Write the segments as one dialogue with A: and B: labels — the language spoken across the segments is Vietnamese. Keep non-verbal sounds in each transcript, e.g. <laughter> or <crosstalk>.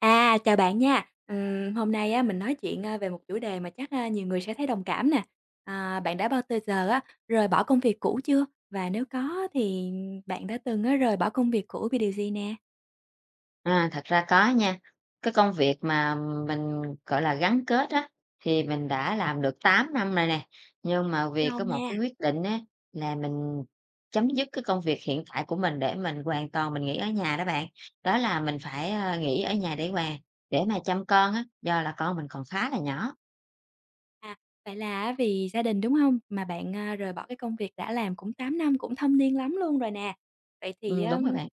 A: Chào bạn nha. Hôm nay á, mình nói chuyện về một chủ đề mà chắc nhiều người sẽ thấy đồng cảm nè. Bạn đã bao tơ giờ á, rời bỏ công việc cũ chưa? Và nếu có thì bạn đã từng á, rời bỏ công việc cũ vì điều gì nè?
B: Thật ra có nha. Cái công việc mà mình, gọi là, gắn kết á, thì mình đã làm được 8 năm rồi nè, nhưng mà vì
A: Lâu
B: có một
A: nha.
B: cái quyết định á, là mình chấm dứt cái công việc hiện tại của mình để mình hoàn toàn mình nghỉ ở nhà đó bạn. Đó là mình phải, nghỉ ở nhà để mà chăm con á, do là con mình còn khá là nhỏ.
A: À, Vậy là á vì gia đình, đúng không? Mà bạn rời bỏ cái công việc đã làm cũng 8 năm, cũng thâm niên lắm luôn rồi nè. Vậy thì á,
B: Đúng rồi bạn.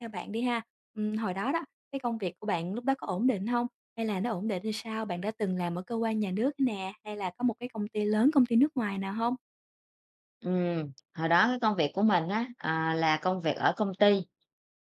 A: theo bạn đi ha, hồi đó đó, cái công việc của bạn lúc đó có ổn định không? Hay là nó ổn định hay sao? Bạn đã từng làm ở cơ quan nhà nước nè, hay là có một cái công ty lớn, công ty nước ngoài nào không?
B: Hồi đó cái công việc của mình á, là công việc ở công ty,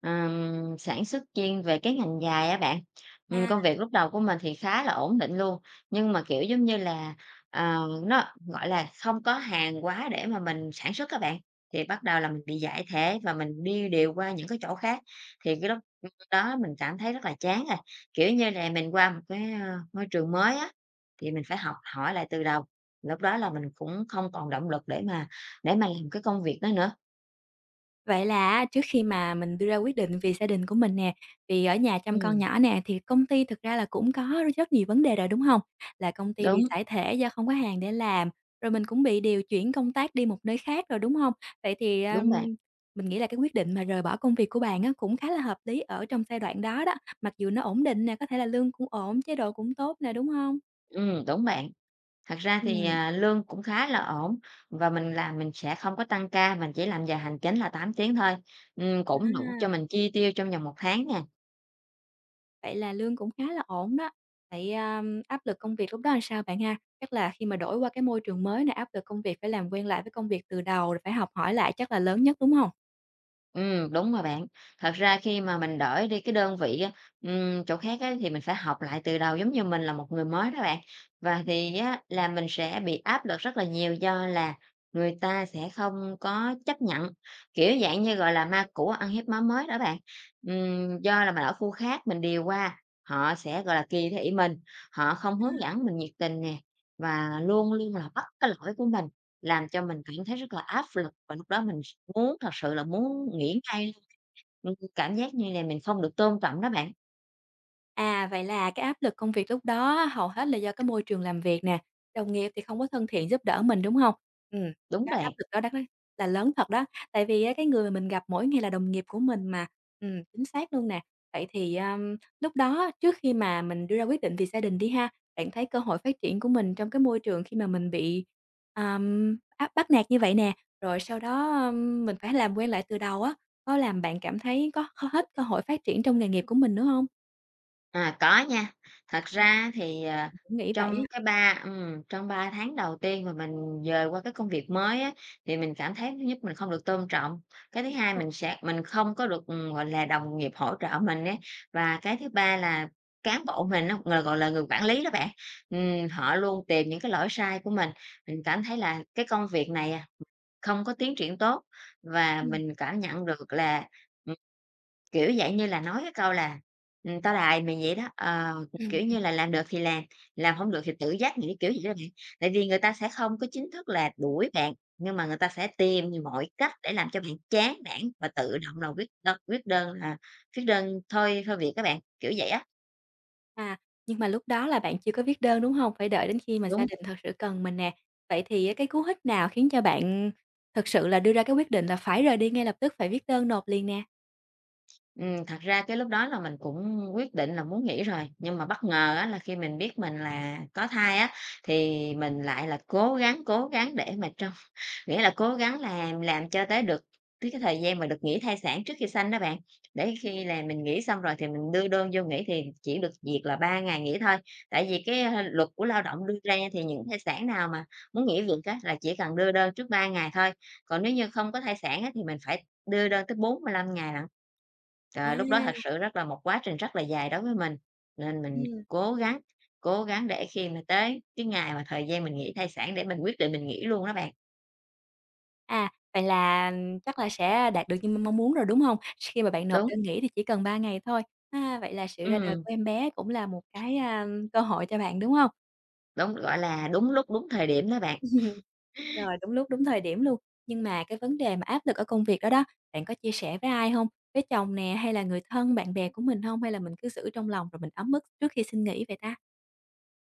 B: sản xuất chuyên về cái ngành giày á bạn.
A: À.
B: Công việc lúc đầu của mình thì khá là ổn định luôn, nhưng mà, kiểu, giống như là, nó, gọi là, không có hàng hóa để mà mình sản xuất các bạn, thì bắt đầu là mình bị giải thể và mình đi điều qua những cái chỗ khác. Thì cái lúc đó mình cảm thấy rất là chán rồi, kiểu như là, mình qua một cái, môi trường mới á, thì mình phải học hỏi lại từ đầu. Lúc đó là mình cũng không còn động lực để mà làm cái công việc đó nữa.
A: Vậy là á, trước khi mà mình đưa ra quyết định vì gia đình của mình nè, vì ở nhà chăm con
B: Ừm,
A: nhỏ nè, thì công ty thực ra là cũng có rất nhiều vấn đề rồi, đúng hông? Là công ty bị
B: đúng,
A: sa thải do không có hàng để làm, rồi mình cũng bị điều chuyển công tác đi một nơi khác rồi, đúng hông? Vậy thì,
B: đúng bạn,
A: mình nghĩ là cái quyết định mà rời bỏ công việc của bạn á, cũng khá là hợp lý ở trong giai đoạn đó đó, mặc dù nó ổn định nè, có thể là lương cũng ổn, chế độ cũng tốt nè, đúng hông?
B: Đúng bạn. Thật ra thì,
A: Ừm,
B: lương cũng khá là ổn và mình sẽ không có tăng ca, mình chỉ làm giờ hành chính là 8 tiếng thôi, cũng đủ cho
A: à.
B: mình chi tiêu trong vòng một tháng nè.
A: Vậy là lương cũng khá là ổn đó. Vậy áp lực công việc lúc đó làm sao bạn ha? Chắc là khi mà đổi qua cái môi trường mới này, áp lực công việc phải làm quen lại với công việc từ đầu, rồi phải học hỏi lại chắc là lớn nhất, đúng không?
B: Đúng rồi bạn. Thật ra khi mà mình đổi đi cái đơn vị á, chỗ khác á, thì mình phải học lại từ đầu giống như mình là một người mới đó bạn. Và thì á, là mình sẽ bị áp lực rất là nhiều do là người ta sẽ không có chấp nhận, kiểu dạng như, gọi là, ma cũ ăn hiếp máu mới đó bạn. Do là mình ở khu khác mình điều qua, họ sẽ, gọi là, kỳ thị mình, họ không hướng dẫn mình nhiệt tình nè, và luôn luôn là bắt cái lỗi của mình. Làm cho mình cảm thấy rất là áp lực và lúc đó mình muốn thật sự là muốn nghỉ ngay luôn, cảm giác như này mình không được tôn trọng đó bạn.
A: Vậy là cái áp lực công việc lúc đó hầu hết là do cái môi trường làm việc nè, đồng nghiệp thì không có thân thiện giúp đỡ mình, đúng hông? Ừm,
B: Đúng
A: cái áp
B: bạn.
A: lực đó đó đó là lớn thật đó, tại vì á cái người mà mình gặp mỗi ngày là đồng nghiệp của mình mà. Chính xác luôn nè. Vậy thì, lúc đó trước khi mà mình đưa ra quyết định vì gia đình đi ha, bạn thấy cơ hội phát triển của mình trong cái môi trường khi mà mình bị, áp bắt nạt như vậy nè, rồi sau đó, mình phải làm quen lại từ đầu á, có làm bạn cảm thấy có hết cơ hội phát triển trong nghề nghiệp của mình nữa hông?
B: Có nha. Thật ra thì,
A: Mình cũng nghĩ vậy á.
B: trong 3 tháng đầu tiên mà mình dời qua cái công việc mới á, thì mình cảm thấy thứ nhất mình không được tôn trọng, cái thứ hai
A: Đúng
B: mình không có được, gọi là, đồng nghiệp hỗ trợ mình ấy, và cái thứ ba là cán bộ mình á, là, gọi là, người quản lý đó bạn, họ luôn tìm những cái lỗi sai của mình. Mình cảm thấy là cái công việc này, không có tiến triển tốt và
A: rồi,
B: mình cảm nhận được là kiểu, dạng như là, nói cái câu là, "Tao đài mày" vậy đó, kiểu
A: ừm.
B: như là, làm được thì làm hông được thì tự giác nghĩ, kiểu vậy đó bạn. Tại vì người ta sẽ không có chính thức là đuổi bạn, nhưng mà người ta sẽ tìm mọi cách để làm cho bạn chán nản và tự động là viết đơn thôi thôi việc á bạn, kiểu vậy á,
A: À, nhưng mà lúc đó là bạn chưa có viết đơn, đúng hông? Phải đợi đến khi mà gia
B: đúng.
A: đình thật sự cần mình nè. Vậy thì á cái cú hích nào khiến cho bạn thực sự là đưa ra cái quyết định là phải rời đi ngay lập tức, phải viết đơn nộp liền nè?
B: Thật ra cái lúc đó là mình cũng quyết định là muốn nghỉ rồi, nhưng mà bất ngờ á là khi mình biết mình là có thai á, thì mình lại là cố gắng để mà trong <laughs> nghĩa là cố gắng làm cho tới được tới cái thời gian mà được nghỉ thai sản trước khi sanh đó bạn. Để khi là mình nghỉ xong rồi thì mình đưa đơn vô nghỉ thì chỉ được việc là 3 ngày nghỉ thôi. Tại vì cái, luật của lao động đưa ra thì những thai sản nào mà muốn nghỉ việc á là chỉ cần đưa đơn trước 3 ngày thôi, còn nếu như không có thai sản á thì mình phải đưa đơn tới 45 ngày lận.
A: À,
B: Trời, lúc đó thật sự rất là một quá trình rất là dài đối với mình, nên mình
A: ừm.
B: cố gắng để khi mà tới cái ngày mà thời gian mình nghỉ thai sản để mình quyết định mình nghỉ luôn đó bạn.
A: Vậy là chắc là sẽ đạt được như mong mong muốn rồi, đúng hông? Khi mà bạn nộp
B: Đúng,
A: đơn nghỉ thì chỉ cần 3 ngày thôi. Vậy là sự ra đời
B: ừm,
A: của em bé cũng là một cái cơ hội cho bạn, đúng
B: đúng, gọi là, đúng lúc, đúng thời điểm đó bạn.
A: hông? Rồi, đúng lúc, đúng thời điểm luôn. Nhưng mà cái vấn đề mà áp lực ở công việc đó đó, bạn có chia sẻ với ai hông? Với chồng nè, hay là người thân, bạn bè của mình hông? Hay là mình cứ giữ trong lòng rồi mình ấm ức trước khi xin nghỉ vậy ta?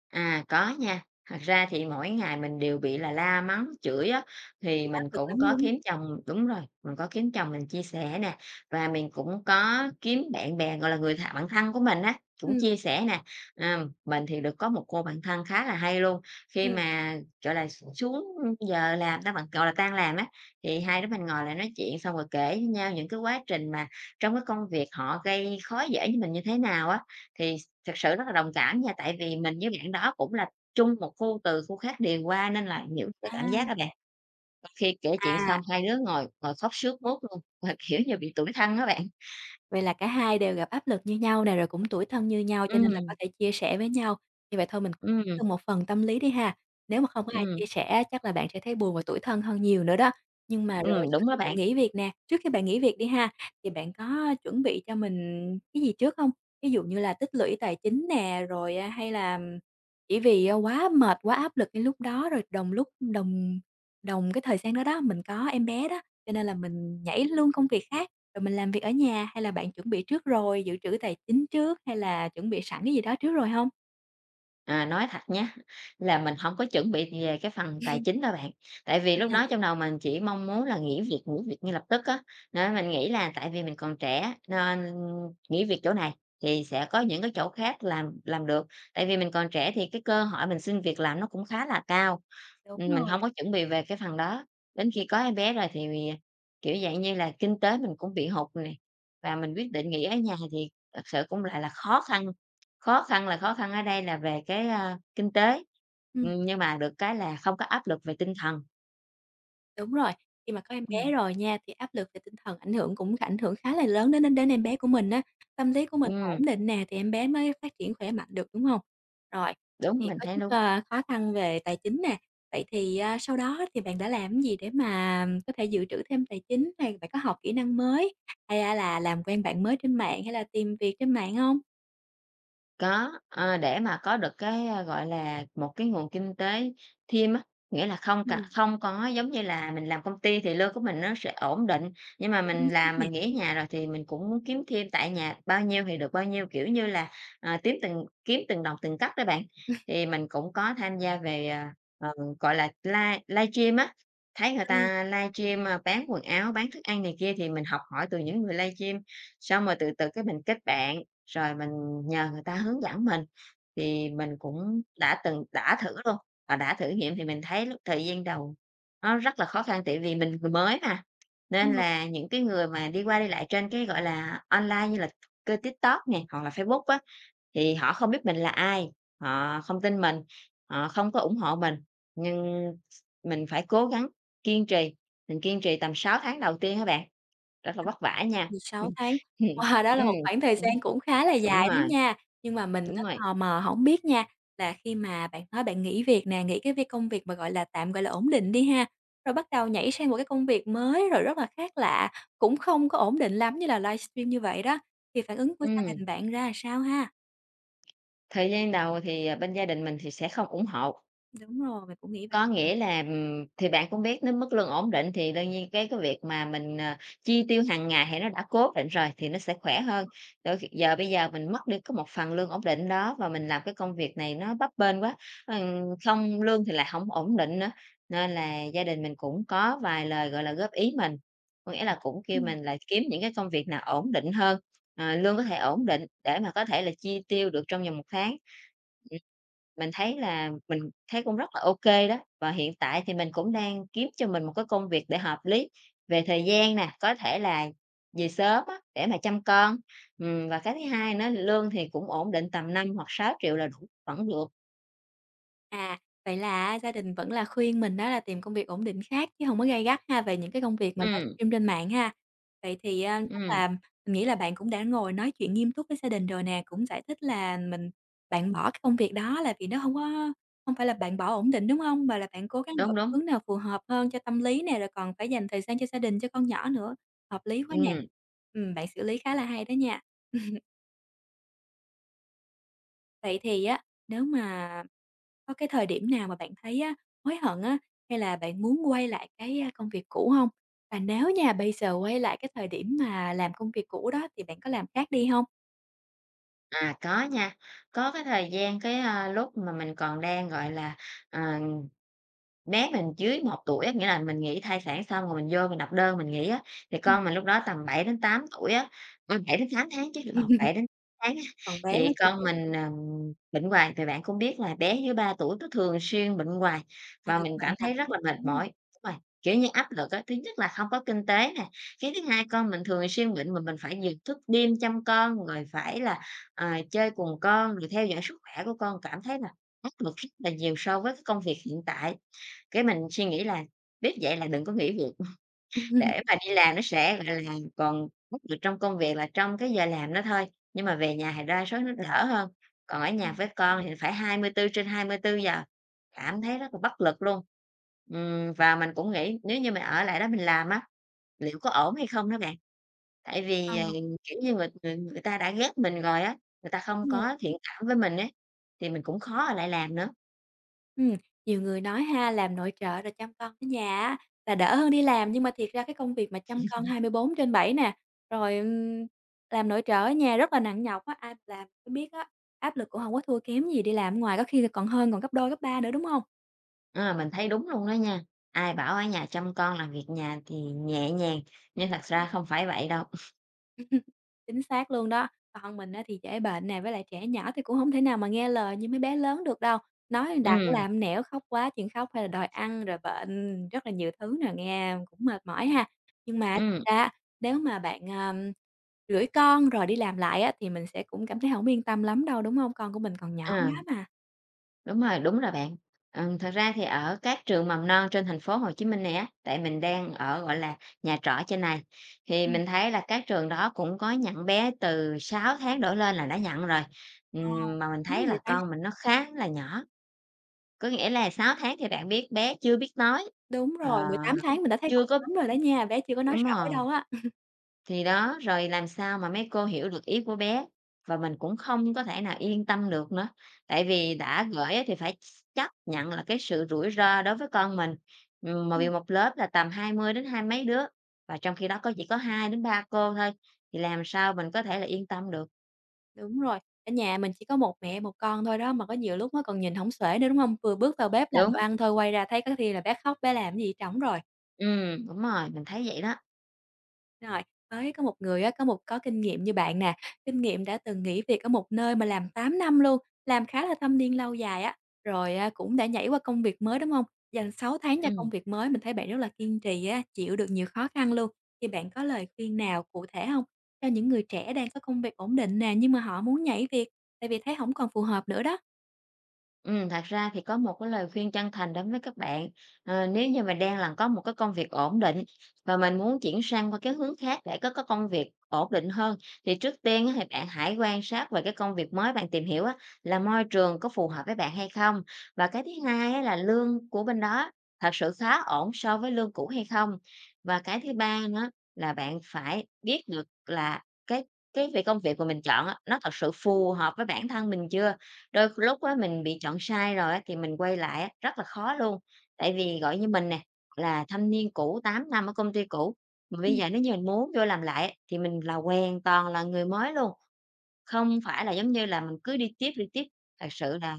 B: Có nha. Thật ra thì mỗi ngày mình đều bị là la mắng, chửi á, thì
A: Thấy áp
B: mình
A: lực
B: cũng
A: lắm
B: có
A: luôn
B: kiếm
A: á.
B: chồng đúng rồi, mình có kiếm chồng mình chia sẻ nè, và mình cũng có kiếm bạn bè, gọi là, người th bạn thân của mình á, cũng
A: Ừm.
B: chia sẻ nè. Mình thì được có một cô bạn thân khá là hay luôn, khi
A: Ừm.
B: mà, gọi là, xuống giờ làm ta bạn gọi là, tan làm á, thì hai đứa mình ngồi lại nói chuyện xong rồi kể với nhau những cái quá trình mà trong cái công việc họ gây khó dễ với mình như thế nào á. Thì thực sự rất là đồng cảm nha, tại vì mình với bạn đó cũng là chung một khu từ khu khác điền qua nên là hiểu cái cảm giác đó
A: À.
B: bạn. Đôi khi kể chuyện
A: À.
B: xong hai đứa ngồi ngồi khóc sướt mướt luôn, <laughs> mà, kiểu như, bị tủi thân đó bạn.
A: Vậy là cả hai đều gặp áp lực như nhau nè, rồi cũng tủi thân như nhau cho nên là có
B: Ừm,
A: thể chia sẻ với nhau. Như vậy thôi mình
B: ừm,
A: từ một phần tâm lý đi ha. Nếu mà không có ai chia
B: ừm,
A: sẻ chắc là bạn sẽ thấy buồn và tủi thân hơn nhiều nữa đó. Nhưng mà rồi sau
B: đúng đó
A: khi bạn
B: bạn.
A: nghỉ việc nè, trước khi bạn nghỉ việc đi ha, thì bạn có chuẩn bị cho mình cái gì trước không? Ví dụ như là tích lũy tài chính nè, rồi hay là chỉ vì quá mệt, quá áp lực cái lúc đó rồi đồng lúc đồng đồng cái thời gian đó đó, mình có em bé đó, cho nên là mình nhảy luôn công việc khác, rồi mình làm việc ở nhà, hay là bạn chuẩn bị trước rồi, dự trữ tài chính trước, hay là chuẩn bị sẵn cái gì đó trước rồi không?
B: Nói thật nhé là mình không có chuẩn bị về cái phần tài chính đâu bạn. Tại vì lúc đó
A: À,
B: trong đầu mình chỉ mong muốn là nghỉ việc ngay lập tức á, nên mình nghĩ là tại vì mình còn trẻ nên nghỉ việc chỗ này thì sẽ có những cái chỗ khác làm được. Tại vì mình còn trẻ thì cái cơ hội mình xin việc làm nó cũng khá là cao,
A: Đúng
B: mình
A: rồi.
B: không có chuẩn bị về cái phần đó. Đến khi có em bé rồi thì, kiểu, dạng như là, kinh tế mình cũng bị hụt này và mình quyết định nghỉ ở nhà thì thật sự cũng lại là khó khăn. Khó khăn là khó khăn ở đây là về cái, kinh tế,
A: Ừm.
B: nhưng mà được cái là không có áp lực về tinh thần.
A: Đúng rồi, khi mà có em bé
B: Ừm.
A: rồi nha, thì áp lực về tinh thần ảnh hưởng cũng ảnh hưởng khá là lớn đến đến đến em bé của mình á. Tâm lý của mình
B: Ừm,
A: ổn định nè, thì em bé mới phát triển khỏe mạnh được, đúng không? Rồi, vậy
B: đúng,
A: thì
B: mình
A: có
B: thấy
A: chút
B: đúng.
A: khó khăn về tài chính nè, vậy thì sau đó thì bạn đã làm cái gì để mà có thể dự trữ thêm tài chính, hay bạn có học kỹ năng mới, hay là làm quen bạn mới trên mạng, hay là tìm việc trên mạng không?
B: Có, để mà có được cái, gọi là, một cái nguồn kinh tế thêm á, nghĩa là
A: Ừm,
B: không có giống như là mình làm công ty thì lương của mình nó sẽ ổn định, nhưng mà
A: cũng đúng nè.
B: mình nghỉ ở nhà rồi thì mình cũng muốn kiếm thêm tại nhà bao nhiêu thì được bao nhiêu, kiểu như là, à, tím từng kiếm từng đồng từng cắc đó bạn. Thì mình cũng có tham gia về, gọi là, livestream á, thấy người ta livestream, bán quần áo, bán thức ăn này kia thì mình học hỏi từ những người livestream, xong rồi từ từ cái mình kết bạn. Rồi mình nhờ người ta hướng dẫn mình, thì mình cũng đã thử luôn, và đã thử nghiệm thì mình thấy lúc thời gian đầu nó rất là khó khăn, tại vì mình người mới mà,
A: Ừ.
B: nên là những cái người mà đi qua đi lại trên cái, gọi là, online như là kênh TikTok nè, hoặc là Facebook á, thì họ không biết mình là ai, họ không tin mình, họ không có ủng hộ mình. Nhưng mình phải cố gắng kiên trì, mình kiên trì tầm 6 tháng đầu tiên các bạn, rất là vất vả nha. <laughs>
A: 16
B: Ừm,
A: tháng,
B: ừm,
A: wow, đó là một khoảng thời gian cũng khá là
B: đúng
A: dài đó
B: rồi.
A: nha. Nhưng mà mình nó
B: Đúng rồi.
A: tò mò hổng biết nha, là khi mà bạn nói bạn nghỉ việc nè, nghỉ cái việc công việc mà, gọi là, tạm, gọi là, ổn định đi ha, rồi bắt đầu nhảy sang một cái công việc mới rồi rất là khác lạ, cũng không có ổn định lắm như là livestream như vậy đó, thì phản ứng của gia
B: Ừm,
A: đình bạn ra sao ha?
B: Thời gian đầu thì, bên gia đình mình thì sẽ không ủng hộ.
A: Đúng rồi, mình cũng nghĩ vậy.
B: Có nghĩa là, thì bạn cũng biết nếu mức lương ổn định thì đương nhiên cái việc mà mình, chi tiêu hàng ngày thì nó đã cố định rồi thì nó sẽ khỏe hơn. Đôi khi bây giờ mình mất đi có một phần lương ổn định đó và mình làm cái công việc này nó bấp bênh quá, không lương thì lại không ổn định nữa, nên là gia đình mình cũng có vài lời, gọi là, góp ý mình. Có nghĩa là cũng kêu
A: Ừm.
B: mình là kiếm những cái công việc nào ổn định hơn, lương có thể ổn định để mà có thể là chi tiêu được trong vòng một tháng. Mình thấy là mình thấy cũng rất là ok đó, và hiện tại thì mình cũng đang kiếm cho mình một cái công việc để hợp lý về thời gian nè, có thể là về sớm á, để mà chăm con. Và cái thứ hai nữa lương thì cũng ổn định tầm 5 hoặc 6 triệu là đủ, vẫn được.
A: À, Vậy là á gia đình vẫn là khuyên mình đó là tìm công việc ổn định khác chứ hông có gay gắt ha, về những cái công việc mà
B: Ừm,
A: livestream trên mạng ha. Vậy thì chắc
B: ừm,
A: là mình nghĩ là bạn cũng đã ngồi nói chuyện nghiêm túc với gia đình rồi nè, cũng giải thích là bạn bỏ cái công việc đó là vì nó hông phải là bạn bỏ ổn định, đúng hông? Mà là bạn cố gắng đổi
B: đúng, đúng.
A: hướng nào phù hợp hơn cho tâm lý nè, rồi còn phải dành thời gian cho gia đình, cho con nhỏ nữa. Hợp lý quá nè.
B: Ừm,
A: Bạn xử lý khá là hay đó nha. Vậy thì á, nếu mà có cái thời điểm nào mà bạn thấy á, hối hận á, hay là bạn muốn quay lại cái công việc cũ không? Và nếu nha, bây giờ quay lại cái thời điểm mà làm công việc cũ đó thì bạn có làm khác đi không?
B: à, có nha, có cái thời gian lúc mà mình còn đang, gọi là, ờ bé mình dưới 1 tuổi á, nghĩa là mình nghỉ thai sản xong rồi mình vô mình nộp đơn mình nghỉ á, thì
A: Ừm.
B: con mình lúc đó tầm 7 đến 8 tuổi á, ừ, 7 đến 8 tháng chứ, lộn,
A: <laughs>
B: 7 đến 8 tháng á,
A: Còn bé quá
B: thì
A: chừng
B: con
A: nè,
B: mình, bệnh hoài. Thì bạn cũng biết là bé dưới 3 tuổi nó thường xuyên bệnh hoài,
A: hay
B: và
A: có
B: mình
A: bệnh
B: cảm
A: vặt.
B: thấy rất là mệt
A: Ừm.
B: mỏi. Đúng rồi, kiểu như, áp lực á, thứ nhất là không có kinh tế nè, cái thứ hai con mình thường xuyên bệnh mà mình phải giường thức đêm chăm con, rồi phải là, chơi cùng con, rồi theo dõi sức khỏe của con, cảm thấy là áp lực rất là nhiều so với cái công việc hiện tại. Cái mình suy nghĩ là biết vậy là đừng có nghỉ việc <laughs> để mà
A: <laughs>
B: đi làm nó sẽ, gọi là, còn bắt được trong công việc là trong cái giờ làm đó thôi, nhưng mà về nhà thì đa số nó đỡ hơn, còn ở nhà với con thì phải hai hai mươi tư trên hai mươi tư giờ, cảm thấy rất là bất lực luôn. Và mình cũng nghĩ nếu như mình ở lại đó mình làm á, liệu có ổn hay không đó bạn? Tại
A: Ờ,
B: vì, kiểu như, người người người ta đã ghét mình rồi á, người ta không
A: đúng rồi.
B: có thiện cảm với mình ấy, thì mình cũng khó ở lại làm nữa.
A: Ừm, Nhiều người nói ha, làm nội trợ rồi chăm con ở nhà á là đỡ hơn đi làm, nhưng mà thiệt ra cái công việc mà chăm con 24/7 nè, rồi, làm nội trợ ở nhà rất là nặng nhọc á, ai làm cũng biết á, áp lực cũng không có thua kém gì đi làm ở ngoài, có khi là còn hơn, còn gấp đôi, gấp ba nữa, đúng không?
B: À, mình thấy đúng luôn đó nha. Ai bảo ở nhà chăm con làm việc nhà thì nhẹ nhàng, nhưng thật ra không phải vậy đâu.
A: <laughs> Chính xác luôn đó. Còn mình á thì trễ bệnh nè, với lại trẻ nhỏ thì cũng không thể nào mà nghe lời như mấy bé lớn được đâu. Nói đằng
B: Ừ,
A: làm nẻo, khóc quá chuyện khóc hay là đòi ăn rồi bệnh, rất là nhiều thứ nè, nghe cũng mệt mỏi ha. Nhưng mà thật
B: ừ,
A: ra nếu mà bạn, gửi con rồi đi làm lại á, thì mình sẽ cũng cảm thấy không yên tâm lắm đâu, đúng không? Con của mình còn nhỏ
B: à,
A: quá mà.
B: đúng rồi bạn. Thật ra thì ở các trường mầm non trên thành phố Hồ Chí Minh này á, tại mình đang ở, gọi là, nhà trọ trên này, thì
A: Ừm.
B: mình thấy là các trường đó cũng có nhận bé từ 6 tháng đổ lên là đã nhận rồi.
A: Ờ,
B: Mà mình
A: đúng
B: thấy
A: rồi
B: là
A: ta.
B: con mình nó khá là nhỏ, có nghĩa là 6 tháng thì bạn biết bé chưa biết nói,
A: Đúng rồi,
B: ờ,
A: 18 tháng mình đã thấy còn
B: chưa có,
A: sớm rồi đó nha, bé chưa có nói
B: đúng
A: rõ
B: rồi.
A: đâu á.
B: Thì đó, rồi làm sao mà mấy cô hiểu được ý của bé, và mình cũng không có thể nào yên tâm được nữa, tại vì đã gửi á thì phải chấp nhận là cái sự rủi ro đối với con mình. Mà vì một lớp là tầm 20 đến hai mấy đứa, và trong khi đó có chỉ có 2 đến 3 cô thôi, thì làm sao mình có thể là yên tâm được.
A: Đúng rồi, ở nhà mình chỉ có một mẹ một con thôi đó, mà có nhiều lúc á còn nhìn hổng xuể nữa, đúng hông? Vừa bước vào bếp làm đồ
B: Đúng,
A: ăn thôi, quay ra thấy có khi là bé khóc, bé làm cái gì trỏng rồi.
B: đúng rồi, mình thấy vậy đó,
A: Rồi, với có một người á, có kinh nghiệm như bạn nè, kinh nghiệm đã từng nghỉ việc ở một nơi mà làm 8 năm luôn, làm khá là thâm niên lâu dài á, rồi cũng đã nhảy qua công việc mới, đúng hông? Dành 6 tháng cho công
B: ừm.
A: việc mới, mình thấy bạn rất là kiên trì á, chịu được nhiều khó khăn luôn. Thì bạn có lời khuyên nào cụ thể hông cho những người trẻ đang có công việc ổn định nè, nhưng mà họ muốn nhảy việc tại vì thấy hổng còn phù hợp nữa đó?
B: Thật ra thì có một cái lời khuyên chân thành đến với các bạn. Nếu như mà đang là có một cái công việc ổn định và mình muốn chuyển sang qua cái hướng khác để có cái công việc ổn định hơn, thì trước tiên á thì bạn hãy quan sát về cái công việc mới bạn tìm hiểu á, là môi trường có phù hợp với bạn hay không? Và cái thứ hai á là lương của bên đó thật sự khá ổn so với lương cũ hay không? Và cái thứ ba nữa là bạn phải biết được là cái cái công việc mà mình chọn á, nó thật sự phù hợp với bản thân mình chưa? Đôi lúc á, mình bị chọn sai rồi á, thì mình quay lại á, rất là khó luôn. Tại vì, gọi như, mình nè, là thâm niên cũ 8 năm ở công ty cũ, mà bây
A: Ừm.
B: giờ nếu như mình muốn vô làm lại á, thì mình là hoàn toàn là người mới luôn, không phải là giống như là mình cứ đi tiếp, đi tiếp. Thật sự là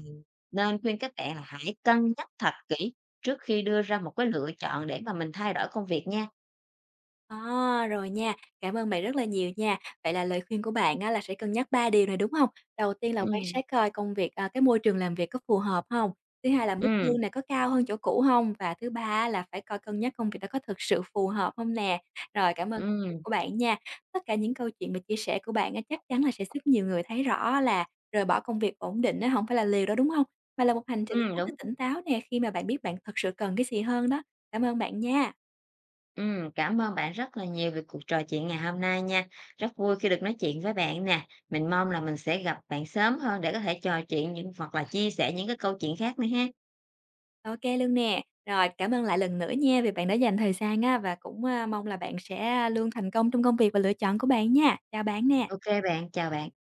B: nên khuyên các bạn là hãy cân nhắc thật kỹ trước khi đưa ra một cái lựa chọn để mà mình thay đổi công việc nha.
A: Rồi nha. Cảm ơn bạn rất là nhiều nha. Vậy là lời khuyên của bạn á là sẽ cân nhắc 3 điều này, đúng hông? Đầu tiên là quan
B: Ừm,
A: sát coi công việc à, cái môi trường làm việc có phù hợp hông? Thứ hai là mức
B: ừm,
A: lương này có cao hơn chỗ cũ hông? Và thứ ba á là phải coi cân nhắc công việc đó có thực sự phù hợp hông nè. Rồi, cảm ơn câu chuyện
B: ừm,
A: của bạn nha. Tất cả những câu chuyện và chia sẻ của bạn á chắc chắn là sẽ giúp nhiều người thấy rõ là rời bỏ công việc ổn định á hổng phải là liều đâu, đúng hông? Mà là một hành trình khá là
B: đúng.
A: tỉnh táo nè, khi mà bạn biết bạn thật sự cần cái gì hơn đó. Cảm ơn bạn nha.
B: Cảm ơn bạn rất là nhiều về cuộc trò chuyện ngày hôm nay nha. Rất vui khi được nói chuyện với bạn nè. Mình mong là mình sẽ gặp bạn sớm hơn để có thể trò chuyện những hoặc là chia sẻ những cái câu chuyện khác nữa ha.
A: Ô kê luôn nè. Rồi, cảm ơn lại lần nữa nha vì bạn đã dành thời gian á, và cũng mong là bạn sẽ luôn thành công trong công việc và lựa chọn của bạn nha. Chào bạn nè.
B: Ok bạn, chào bạn.